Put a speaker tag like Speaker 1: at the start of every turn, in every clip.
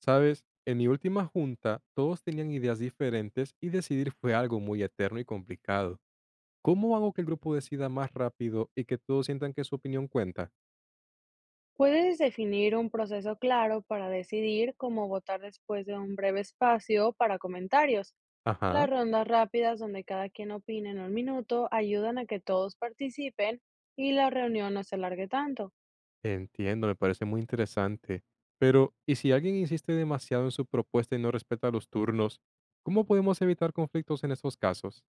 Speaker 1: Sabes, en mi última junta todos tenían ideas diferentes y decidir fue algo muy eterno y complicado. ¿Cómo hago que el grupo decida más rápido y que todos sientan que su opinión cuenta?
Speaker 2: Puedes definir un proceso claro para decidir cómo votar después de un breve espacio para comentarios.
Speaker 1: Ajá,
Speaker 2: Las rondas rápidas donde cada quien opina en un minuto ayudan a que todos participen y la reunión no se alargue tanto.
Speaker 1: entiendo, me parece muy interesante. Pero, ¿y si alguien insiste demasiado en su propuesta y no respeta los turnos? ¿Cómo podemos evitar conflictos en estos casos?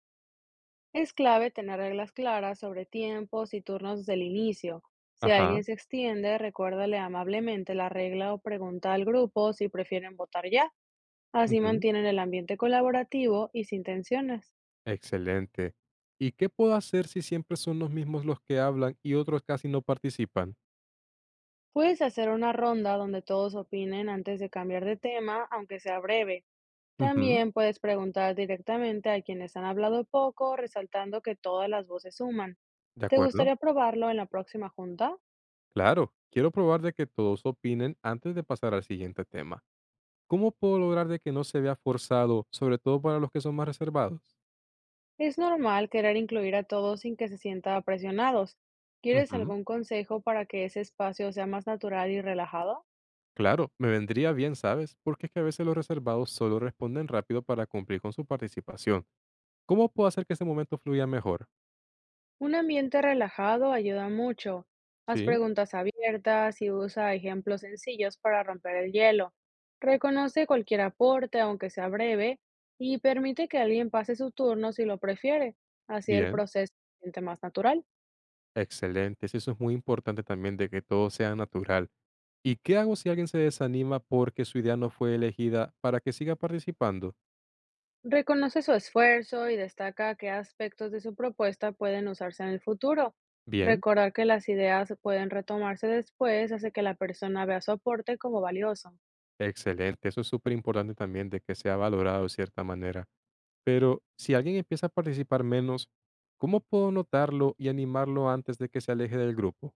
Speaker 2: Es clave tener reglas claras sobre tiempos y turnos del inicio. Si
Speaker 1: Ajá,
Speaker 2: alguien se extiende, recuérdale amablemente la regla o pregunta al grupo si prefieren votar ya. Así
Speaker 1: ujú,
Speaker 2: mantienen el ambiente colaborativo y sin tensiones.
Speaker 1: excelente. ¿Y qué puedo hacer si siempre son los mismos los que hablan y otros casi no participan?
Speaker 2: Puedes hacer una ronda donde todos opinen antes de cambiar de tema, aunque sea breve.
Speaker 1: Ujú,
Speaker 2: También puedes preguntar directamente a quienes han hablado poco, resaltando que todas las voces suman.
Speaker 1: de
Speaker 2: ¿Te
Speaker 1: acuerdo.
Speaker 2: gustaría probarlo en la próxima junta?
Speaker 1: Claro, quiero probar de que todos opinen antes de pasar al siguiente tema. ¿Cómo puedo lograr de que no se vea forzado, sobre todo para los que son más reservados?
Speaker 2: Es normal querer incluir a todos sin que se sienta presionados. ¿Quieres
Speaker 1: Ujú.
Speaker 2: algún consejo para que ese espacio sea más natural y relajado?
Speaker 1: Claro, me vendría bien, ¿sabes? Porque es que a veces los reservados solo responden rápido para cumplir con su participación. ¿Cómo puedo hacer que ese momento fluya mejor?
Speaker 2: Un ambiente relajado ayuda mucho. Haz
Speaker 1: Sí,
Speaker 2: preguntas abiertas y usa ejemplos sencillos para romper el hielo. Reconoce cualquier aporte, aunque sea breve, y permite que alguien pase su turno si lo prefiere. Así el
Speaker 1: bien.
Speaker 2: proceso se siente más natural.
Speaker 1: Excelente, sí, eso es muy importante también de que todo sea natural. ¿Y qué hago si alguien se desanima porque su idea no fue elegida para que siga participando?
Speaker 2: Reconoce su esfuerzo y destaca qué aspectos de su propuesta pueden usarse en el futuro.
Speaker 1: Bien.
Speaker 2: Recordar que las ideas pueden retomarse después hace que la persona vea su aporte como valioso.
Speaker 1: Excelente, eso es súper importante también de que sea valorado de cierta manera. Pero si alguien empieza a participar menos, ¿cómo puedo notarlo y animarlo antes de que se aleje del grupo?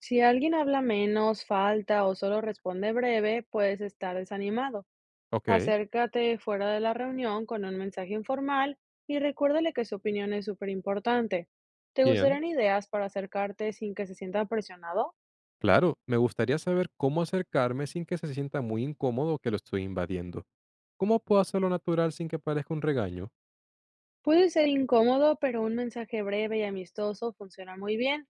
Speaker 2: Si alguien habla menos, falta o solo responde breve, puedes estar desanimado.
Speaker 1: Ok,
Speaker 2: Acércate fuera de la reunión con un mensaje informal y recuérdale que su opinión es súper importante. ¿Te
Speaker 1: bien.
Speaker 2: gustarían ideas para acercarte sin que se sienta presionado?
Speaker 1: Claro, me gustaría saber cómo acercarme sin que se sienta muy incómodo que lo estoy invadiendo. ¿Cómo puedo hacerlo natural sin que parezca un regaño?
Speaker 2: Puede ser incómodo, pero un mensaje breve y amistoso funciona muy bien.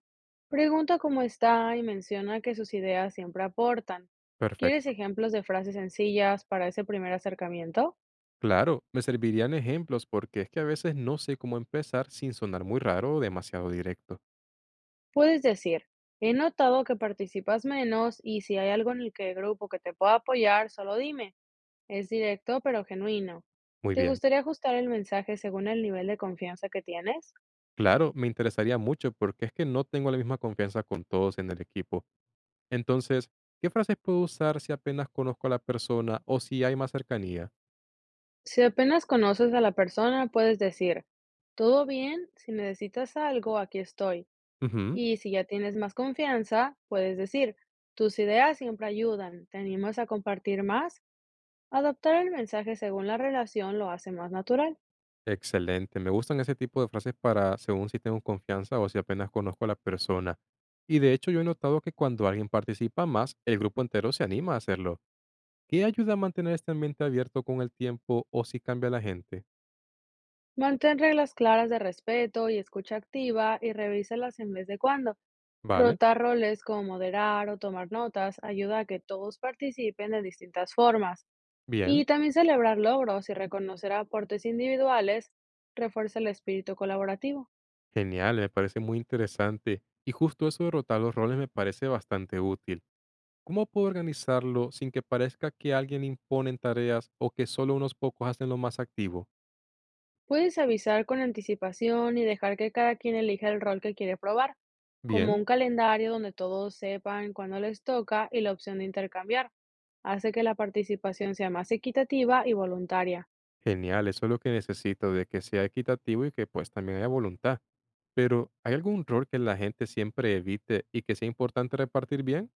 Speaker 2: Pregunta cómo está y menciona que sus ideas siempre aportan. ¿Quieres
Speaker 1: Perfecto.
Speaker 2: ejemplos de frases sencillas para ese primer acercamiento?
Speaker 1: Claro, me servirían ejemplos porque es que a veces no sé cómo empezar sin sonar muy raro o demasiado directo.
Speaker 2: Puedes decir, he notado que participas menos y si hay algo en el que el grupo que te pueda apoyar, solo dime. Es directo pero genuino.
Speaker 1: Muy
Speaker 2: ¿Te
Speaker 1: bien.
Speaker 2: gustaría ajustar el mensaje según el nivel de confianza que tienes?
Speaker 1: Claro, me interesaría mucho porque es que no tengo la misma confianza con todos en el equipo. Entonces, ¿qué frases puedo usar si apenas conozco a la persona o si hay más cercanía?
Speaker 2: Si apenas conoces a la persona, puedes decir, todo bien, si necesitas algo, aquí estoy.
Speaker 1: Ujú.
Speaker 2: Y si ya tienes más confianza, puedes decir, tus ideas siempre ayudan, ¿te animas a compartir más? Adaptar el mensaje según la relación lo hace más natural.
Speaker 1: Excelente, me gustan ese tipo de frases para según si tengo confianza o si apenas conozco a la persona. Y de hecho yo he notado que cuando alguien participa más, el grupo entero se anima a hacerlo. ¿Qué ayuda a mantener este ambiente abierto con el tiempo o si cambia la gente?
Speaker 2: Mantén reglas claras de respeto y escucha activa y revísalas en vez de cuando.
Speaker 1: Vale,
Speaker 2: Rotar roles como moderar o tomar notas ayuda a que todos participen de distintas formas.
Speaker 1: bien.
Speaker 2: Y también celebrar logros y reconocer aportes individuales refuerza el espíritu colaborativo.
Speaker 1: Genial, me parece muy interesante. Y justo eso de rotar los roles me parece bastante útil. ¿Cómo puedo organizarlo sin que parezca que alguien impone en tareas o que solo unos pocos hacen lo más activo?
Speaker 2: Puedes avisar con anticipación y dejar que cada quien elija el rol que quiere probar, como
Speaker 1: Bien,
Speaker 2: un calendario donde todos sepan cuándo les toca y la opción de intercambiar. Hace que la participación sea más equitativa y voluntaria.
Speaker 1: genial, eso es lo que necesito, de que sea equitativo y que pues también haya voluntad. Pero, ¿hay algún rol que la gente siempre evite y que sea importante repartir bien?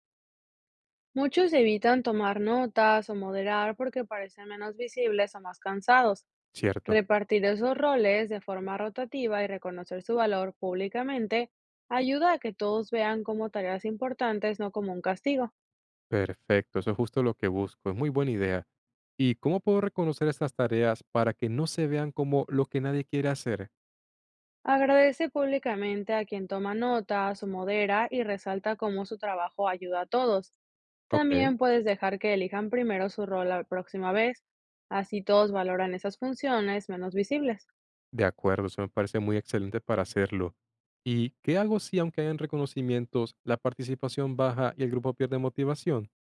Speaker 2: Muchos evitan tomar notas o moderar porque parecen menos visibles o más cansados.
Speaker 1: Cierto.
Speaker 2: Repartir esos roles de forma rotativa y reconocer su valor públicamente ayuda a que todos vean como tareas importantes, no como un castigo.
Speaker 1: Perfecto, eso es justo lo que busco, es muy buena idea. ¿Y cómo puedo reconocer estas tareas para que no se vean como lo que nadie quiere hacer?
Speaker 2: Agradece públicamente a quien toma notas o modera y resalta cómo su trabajo ayuda a todos.
Speaker 1: Ok.
Speaker 2: También puedes dejar que elijan primero su rol la próxima vez, así todos valoran esas funciones menos visibles.
Speaker 1: De acuerdo, eso me parece muy excelente para hacerlo. ¿Y qué hago si, aunque hayan reconocimientos, la participación baja y el grupo pierde motivación?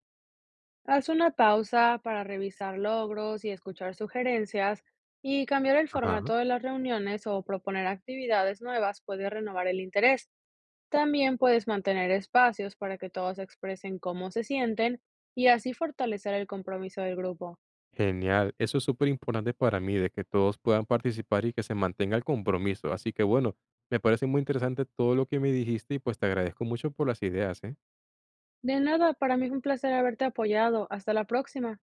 Speaker 2: Haz una pausa para revisar logros y escuchar sugerencias y cambiar el
Speaker 1: Ajá.
Speaker 2: formato de las reuniones o proponer actividades nuevas puede renovar el interés. También puedes mantener espacios para que todos expresen cómo se sienten y así fortalecer el compromiso del grupo.
Speaker 1: Genial, eso es súper importante para mí, de que todos puedan participar y que se mantenga el compromiso. Así que bueno, me parece muy interesante todo lo que me dijiste y pues te agradezco mucho por las ideas, ¿eh?
Speaker 2: De nada, para mí es un placer haberte apoyado. Hasta la próxima.